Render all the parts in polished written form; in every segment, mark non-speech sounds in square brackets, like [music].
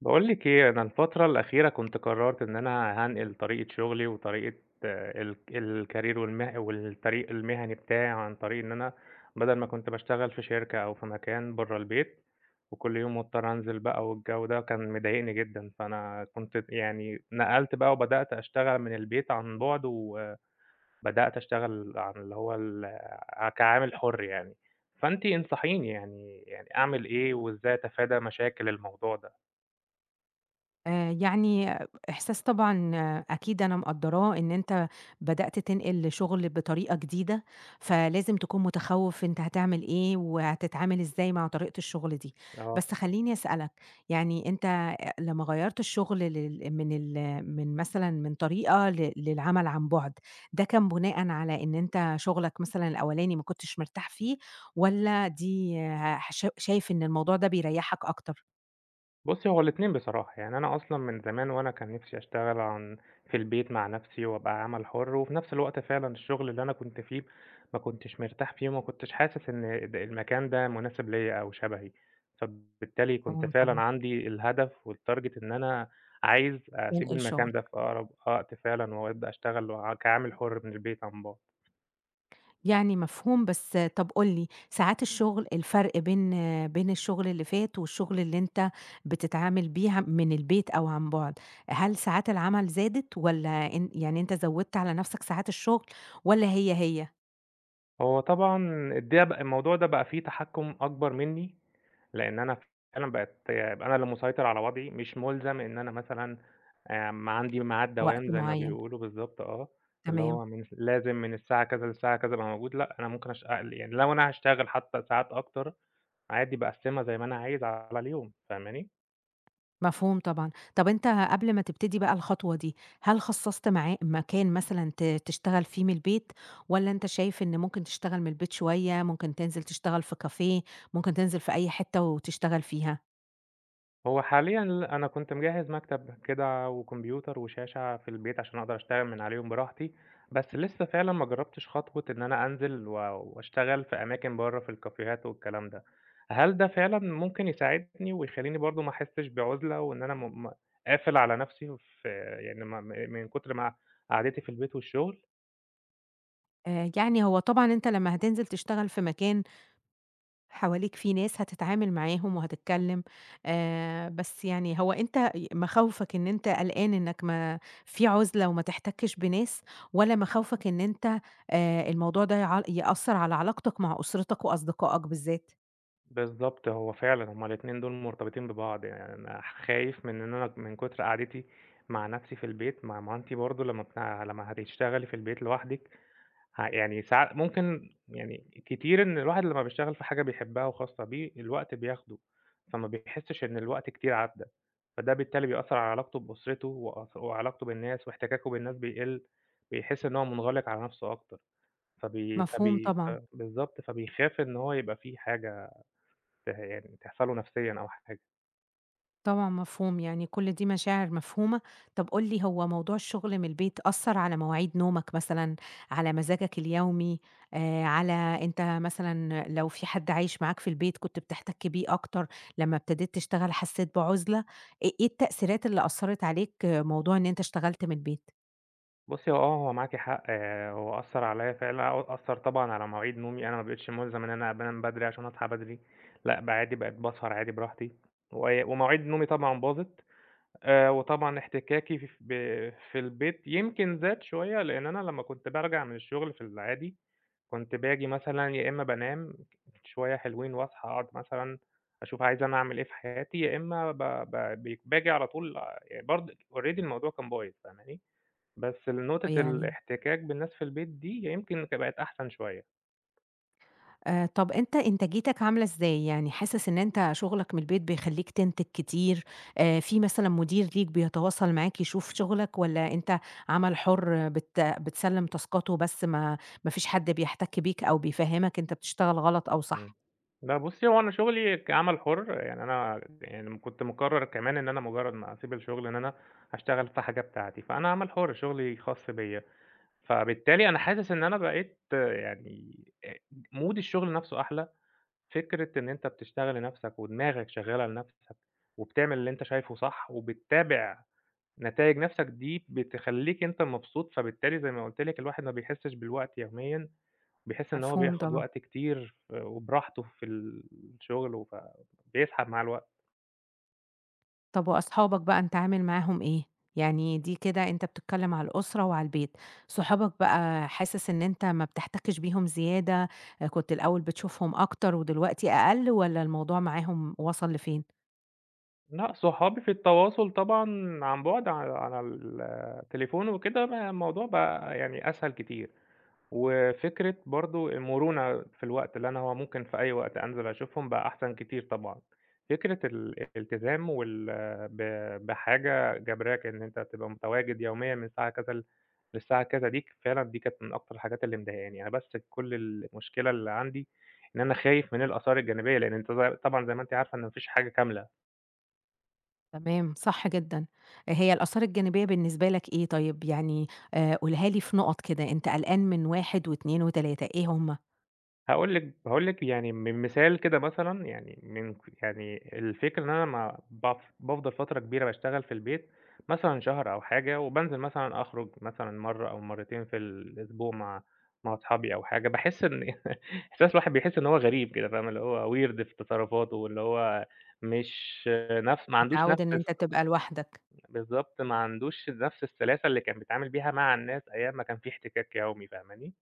باقول لِك إيه، أنا الفترة الأخيرة كنت قررت إن أنا هانقل طريقة شغلي وطريقة آه، ال الcareer والطريق المهني بتاعي، عن طريق إن أنا بدل ما كنت باشتغل في شركة أو في مكان برّه البيت، وكل يوم مضطر أنزل بقى والجو ده كان مضايقني جدًا، فأنا كنت يعني نقلت بقى وبدأت أشتغل من البيت عن بُعد، وبدأت أشتغل عن اللي هو كعامل حُر يعني، فأنتِ انصحيني يعني أعمل إيه وإزاي أتفادى مشاكل الموضوع ده؟ يعني إحساس طبعًا آه، أكيد أنا مقدّراه إن أنت بدأت تنقل شغل بطريقة جديدة، فلازم تكون متخوّف أنت هتعمل إيه، وهتتعامل إزاي مع طريقة الشغل دي. آه. بس خلّيني أسألك، يعني أنت لمّا غيّرت الشغل لل من ال من مثلًا من طريقة للعمل عن بُعد، ده كان بناءً على إن أنت شغلك مثلًا الأولاني ما كنتش مرتاح فيه، والّا دي ه ش شايف إن الموضوع ده بيريّحك أكتر؟ بُصّي، هو الاتنين بصراحة، يعني أنا أصلًا من زمان وأنا كان نِفْسي أشتغل في البيت مع نَفْسي وأبقى عمل حُر، وفي نَفْس الوقت فعلًا الشغل اللي أنا كنت فيه ما كنتش مرتاح فيه وما كنتش حاسس إن المكان ده مناسب ليّا أو شبهي، فبالتالي كنت فعلًا طبعًا، عندي الهدف والtarget إن أنا عايز أسيب تنقل شغل. المكان ده في أقرب وقت فعلًا وأبدأ أشتغل كعامل حُر من البيت عن بُعد. يعني مفهوم، بس طَب قُل لي، ساعات الشغل الفرق بين الشغل اللي فات والشغل اللي أنت بتتعامل بيه من البيت أو عن بُعد، هل ساعات العمل زادت والّا أن يعني أنت زوّدت على نَفْسك ساعات الشغل والّا هي هو طبعًا ده بقى الموضوع ده بقى فيه تحكُّم أكبر منّي لإن أنا فعلًا بقيت أبقى أنا اللي مسيطر على وضعي، مش مُلزم إن أنا مثلًا عندي ميعاد وقت دوام زي ما معيّن؟ بيقولوا بالضبط اللي تمام، هو لازم من الساعة كذا للساعة كذا أبقى موجود، لأ أنا ممكن يعني لو أنا هاشتغل حتى ساعات أكتر عادي باقسّمها زي ما أنا عايز على اليوم، فاهماني؟ مفهوم طبعًا. طَب أنت قبل ما تبتدي بقى الخطوة دي، هل خصّصت معاه مكان مثلًا تشتغل فيه من البيت والّا أنت شايف إن ممكن تشتغل من البيت شوية، ممكن تنزل تشتغل في كافيه، ممكن تنزل في أي حتّة وتشتغل فيها؟ هو حاليًا لأ، أنا كنت مجهّز مكتب كده وكمبيوتر وشاشة في البيت عشان أقدر أشتغل من عليهم براحتي، بس لسه فعلًا ما جرّبتش خطوة إن أنا أنزل وأشتغل في أماكن برّه في الكافيهات والكلام ده، هل ده فعلًا ممكن يساعدني ويخلّيني برضه ما أحسّش بعُزلة وإن أنا م م قافل على نَفْسي في يعني ما م من كتر ما قعدتي في البيت والشغل؟ يعني هو طبعًا أنت لمّا هتنزل تشتغل في مكان حواليك فيه ناس هتتعامل معاهم وهتتكلّم، بس يعني هو أنت مخاوفك إن أنت قلقان إنّك ما في عُزلة وما تحتكّش بناس والّا مخاوفك إن أنت الموضوع ده يأثّر على علاقتك مع أسرتك وأصدقائك بالذات؟ بالضبط، هو فعلًا هُم الاتنين دول مرتبطين ببعض، يعني أنا خايف من إن أنا من كتر قعدتي مع نفسي في البيت ما ما أنتِ برضه لمّا هتشتغلي في البيت لوحدِك يعني ممكن يعني كتير إن الواحد لمّا بيشتغل في حاجة بيحبها وخاصة بيه، الوقت بياخده، فما بيحسش إن الوقت كتير عدّى، فده بالتالي بيأثّر على علاقته بأسرته وعلاقته بالناس واحتكاكه بالناس بيقل، بيحس إن هو منغلق على نفسه أكتر، فبي مفهوم فبي ف طبعًا. بالضبط، فبيخاف إن هو يبقى في حاجة يعني تحصل له نفسيًا أو حاجة. طبعًا مفهوم، يعني كل دي مشاعر مفهومة. طب قُل لي هو موضوع الشغل من البيت أثّر على مواعيد نومك مثلًا، على مزاجك اليومي، على أنت مثلًا لو في حد عايش معاك في البيت كنت بتحتك بيه أكتر، لمّا ابتديت تشتغل حسّيت بعُزلة، إيه التأثيرات اللي أثّرت عليك آه، موضوع إن أنت اشتغلت من البيت بُصّي، هو معاكِ حق، هو أثّر عليّا فعلًا، أثّر طبعًا على مواعيد نومي، أنا ما بقيتش مُلزَم إن أنا أنام بدري عشان أصحى بدري، لأ بقى عادي، بقيت باسهر عادي براحتي، ومواعيد نومي طبعًا باظت، وطبعًا احتكاكي ف ب في البيت يمكن زاد شوية، لإن أنا لمّا كنت بارجع من الشغل في العادي كنت باجي مثلًا يا إمّا بانام شوية حلوين وأصحى أقعد مثلًا أشوف عايز أنا أعمل إيه في حياتي، يا إمّا ب ب ب باجي على طول يعني already الموضوع كان بايظ فاهماني؟ بس نقطة يعني؟ الاحتكاك بالناس في البيت دي يمكن بقت أحسن شوية. طَب أنت إنتاجيتك عاملة إزاي؟ يعني حاسس إن أنت شغلك من البيت بيخلّيك تنتج كتير، في مثلًا مدير ليك بيتواصل معاك يشوف شغلك والّا أنت عمل حُر بتسلِّم تاسكاته بس ما فيش حد بيحتَك بيك أو بيفهّمك أنت بتشتغل غلط أو إمم. صح؟ لأ بُصّي، هو أنا شغلي كعمل حُر يعني أنا يعني كنت مقرّر كمان إن أنا مجرّد ما أسيب الشغل إن أنا هاشتغل في حاجة بتاعتي، فأنا عمل حُر، شغلي خاص بيّا، فبالتالي أنا حاسس إن أنا بقيت يعني آآ مود الشغل نَفْسه أحلى. فكرة إن أنت بتشتغل لنفسك ودماغك شغّالة لنفسك، وبتعمل اللي أنت شايفه صح، وبتتابع نتايج نفسك دي بتخلّيك أنت مبسوط، فبالتالي زي ما قُلت لِك الواحد ما بيحسّش بالوقت يوميًا، بيحس إن هو مفهوم بياخد طبعًا. وقت كتير وبراحته في الشغل بيسحب مع الوقت. طب وأصحابك بقى أنت عامل معاهم إيه؟ يعني دي كده أنت بتتكلم على الأسرة وعلى البيت، صحابك بقى حاسس إن أنت ما بتحتكش بيهم زيادة، كنت الأول بتشوفهم أكتر ودلوقتي أقل والّا الموضوع معاهم وصل لفين؟ لأ، صحابي في التواصل طبعًا عن بُعد على التليفون وكده بقى الموضوع بقى يعني أسهل كتير. وفكرة برضه المرونة في الوقت، اللي أنا هو ممكن في أي وقت أنزل أشوفهم بقى أحسن كتير طبعًا. فكرة الالتزام وال ب بحاجة جبراك إن أنت تبقى متواجد يوميًا من الساعة كذا للساعة كذا دي كانت من أكتر الحاجات اللي مضايقاني. أنا بس كل المشكلة اللي عندي إن أنا خايف من الآثار الجانبية، لأن أنت طبعًا زي ما أنتِ عارفة إن ما فيش حاجة كاملة. تمام، صح جدًا، آه، هي الآثار الجانبية بالنسبة لك إيه طيب؟ يعني قولها لي في نُقط كده، أنت قلقان من 1 و2 و3 إيه هم؟ هاقول لِك يعني من مثال كده مثلًا يعني يعني الفكرة إن أنا لمّا بافضل فترة كبيرة باشتغل في البيت، مثلًا شهر أو حاجة، وبانزل مثلًا أخرج مثلًا مرّة أو مرّتين في الأسبوع مع أصحابي أو حاجة، باحس إن [laughs] إحساس الواحد بيحس إن هو غريب كده فاهمة، اللي هو weird في تصرفاته واللي هو مش نفس ما عندوش متعوّد نفس إن أنت تبقى لوحدك. بالضبط، ما عندوش نفس السلاسة اللي كان بيتعامل بيها مع الناس أيام ما كان في احتكاك يومي، فاهماني؟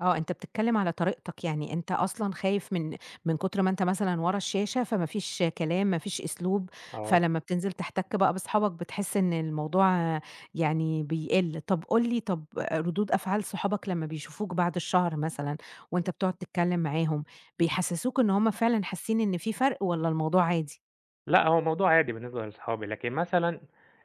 آه، أنت بتتكلّم على طريقتك، يعني أنت أصلًا خايف من كتر ما أنت مثلًا ورا الشاشة، فما فيش كلام، ما فيش أسلوب، آه. فلمّا بتنزل تحتك بقى باصحابك بتحس إن الموضوع يعني بيقِل. طَب قُل لي، طَب ردود أفعال صحابك لمّا بيشوفوك بعد الشهر مثلًا وأنت بتقعد تتكلّم معاهم، بيحسّسوك إن هُم فعلًا حاسين إن في فرق والّا الموضوع عادي؟ لأ، هو موضوع عادي بالنسبة لأصحابي، لكن مثلًا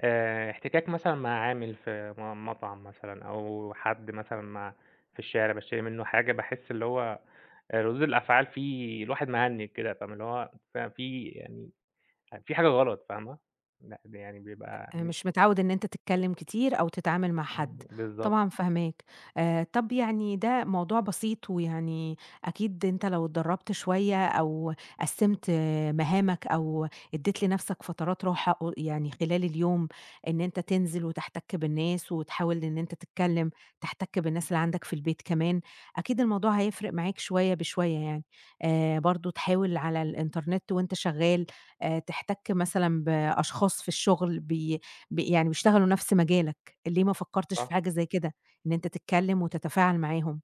احتكاك مثلًا مع عامل في مطعم مثلًا أو حد مثلًا في الشارع باشتري منه حاجة، باحس اللي هو ردود الأفعال فيه الواحد مهنِّج كده، فاهمة؟ اللي هو في يعني حاجة غلط، فاهمة؟ لأ، ده يعني بيبقى مش متعوّد إن أنت تتكلّم كتير أو تتعامل مع حد، بالضبط، طبعًا فاهماك. طَب يعني ده موضوع بسيط ويعني أكيد أنت لو اتدرّبت شوية أو قسّمت آه، مهامك أو ادّيت لنَفْسك فترات راحة قو يعني خلال اليوم إن أنت تنزل وتحتَك بالناس وتحاول إن أنت تتكلّم، تحتَك بالناس اللي عندك في البيت كمان، أكيد الموضوع هيفرق معاك شوية بشوية يعني. برضه تحاول على الإنترنت وأنت شغّال، تحتَك مثلًا بأشخاص في الشُغل بي ب يعني بيشتغلوا نفس مجالك، ليه ما فكّرتش صح. في حاجة زي كده، إن أنت تتكلّم وتتفاعل معاهم؟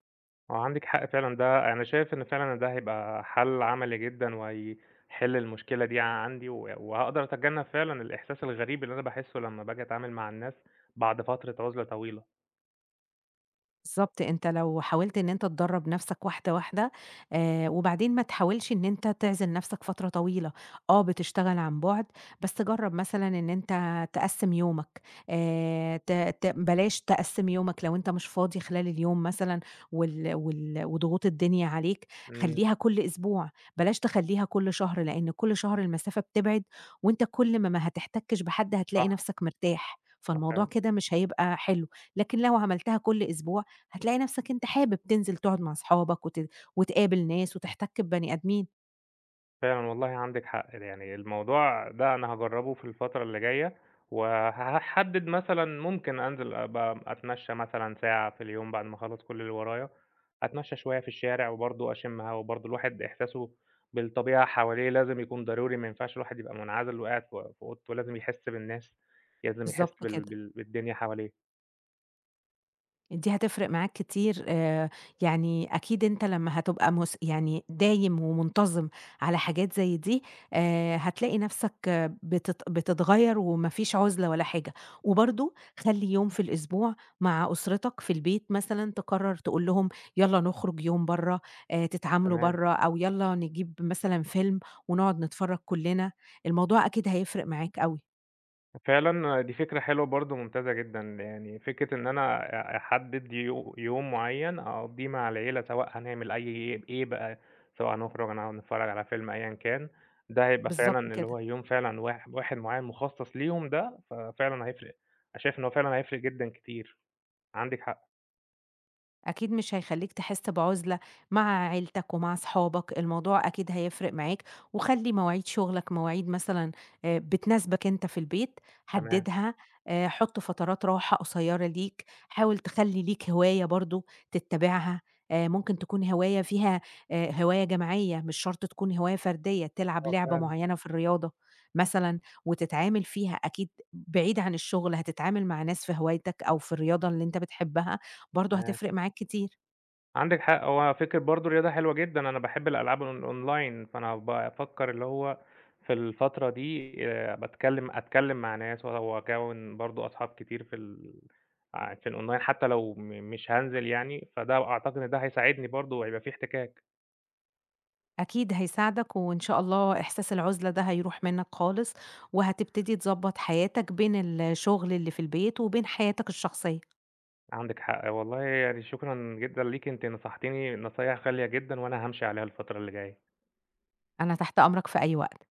هو عندِك حق فعلًا ده أنا شايف إن فعلًا ده هيبقى حل عملي جدًا، وهيحل المشكلة دي عندي، وهاقدر أتجنب فعلًا الإحساس الغريب اللي أنا باحسه لمّا باجي أتعامل مع الناس بعد فترة عُزلة طويلة. بالضبط، أنت لو حاولت إن أنت تدرّب نفْسك واحدة، واحدة وبعدين ما تحاولش إن أنت تعزل نفْسك فترة طويلة، آه بتشتغل عن بُعد، بس جرّب مثلًا إن أنت تقسّم يومك ت ت بلاش تقسّم يومك لو أنت مش فاضي خلال اليوم مثلًا وال وال وضغوط الدنيا عليك، إمم، خلّيها كل أسبوع، بلاش تخلّيها كل شهر، لإن كل شهر المسافة بتبعد، وأنت كل ما هتحتكش بحد هتلاقي نفْسك مرتاح، فالموضوع صح. كده مش هيبقى حلو، لكن لو عملتها كل أسبوع هتلاقي نفسك أنت حابب تنزل تقعد مع أصحابك وتقابل ناس وتحتك ببني آدمين. فعلًا والله عندِك حق، يعني الموضوع ده أنا هاجرّبه في الفترة اللي جاية، وهاحدد مثلًا ممكن أنزل أبقى أتمشى مثلًا ساعة في اليوم بعد ما أخلّص كل اللي ورايا، أتمشى شوية في الشارع وبرضه أشم هوا، وبرضه الواحد إحساسه بالطبيعة حواليه لازم يكون ضروري، ما ينفعش الواحد يبقى منعزل وقاعد في أوضته، لازم يحس بالناس، لازم يحس بالضبط كده. بالدنيا حواليه، دي هتفرق معاك كتير يعني أكيد أنت لمّا هتبقى يعني دايم ومنتظم على حاجات زي دي هتلاقي نفسك آه، بتتغيّر وما فيش عُزلة ولا حاجة، وبرضه خلّي يوم في الأسبوع مع أسرتك في البيت مثلًا تقرر تقول لهم يالّا نخرج يوم برّه، تتعاملوا تمام. برّه أو يالّا نجيب مثلًا فيلم ونقعد نتفرج كلنا، الموضوع أكيد هيفرق معاك أوي، فعلًا دي فكرة حلوة برضه ممتازة جدًا، يعني فكرة إن أنا أحدد يوم معين أقضيه مع العيلة، سواء هنعمل أي إيه إيه بقى، سواء هنخرج أنا هنتفرج على فيلم أيًا كان، ده هيبقى بالضبط فعلًا اللي كده. هو يوم فعلًا واحد معين مخصص ليهم ده، ففعلًا هيفرق. أنا شايف إن هو فعلًا هيفرق جدًا كتير، عندِك حق، أكيد مش هيخلّيك تحس بعُزلة مع عيلتك ومع صحابك، الموضوع أكيد هيفرق معاك، وخلّي مواعيد شغلك مواعيد مثلًا بتناسبك أنت في البيت، تمام، حدّدها، حُط فترات راحة قصيّرة ليك، حاول تخلّي ليك هواية برضه تتّبعها، ممكن تكون هواية فيها هواية جماعية مش شرط تكون هواية فردية، تلعب آه لعبة فعلًا. معيّنة في الرياضة مثلًا وتتعامل فيها، أكيد بعيد عن الشغل هتتعامل مع ناس في هوايتك أو في الرياضة اللي أنت بتحبها. برضه تمام. هتفرق معاك كتير، عندِك حق، هو فكرة برضه الرياضة حلوة جدًا، أنا باحب الألعاب أونلاين، فأنا بافكر اللي هو في الفترة دي أتكلم مع ناس وأكوّن برضه أصحاب كتير في ال ع في الأونلاين حتى لو مش هانزل يعني، فده أعتقد إن ده هيساعدني برضه وهيبقى في احتكاك. أكيد هيساعدك وإن شاء الله إحساس العُزلة ده هيروح منّك خالص، وهتبتدي تضبّط حياتك بين الشغل اللي في البيت وبين حياتك الشخصية، عندِك حق والله يعني شكرًا جدًا ليكِ، أنتِ نصحتيني نصايح غالية جدًا وأنا هامشي عليها الفترة اللي جاية. أنا تحت أمرك في أي وقت.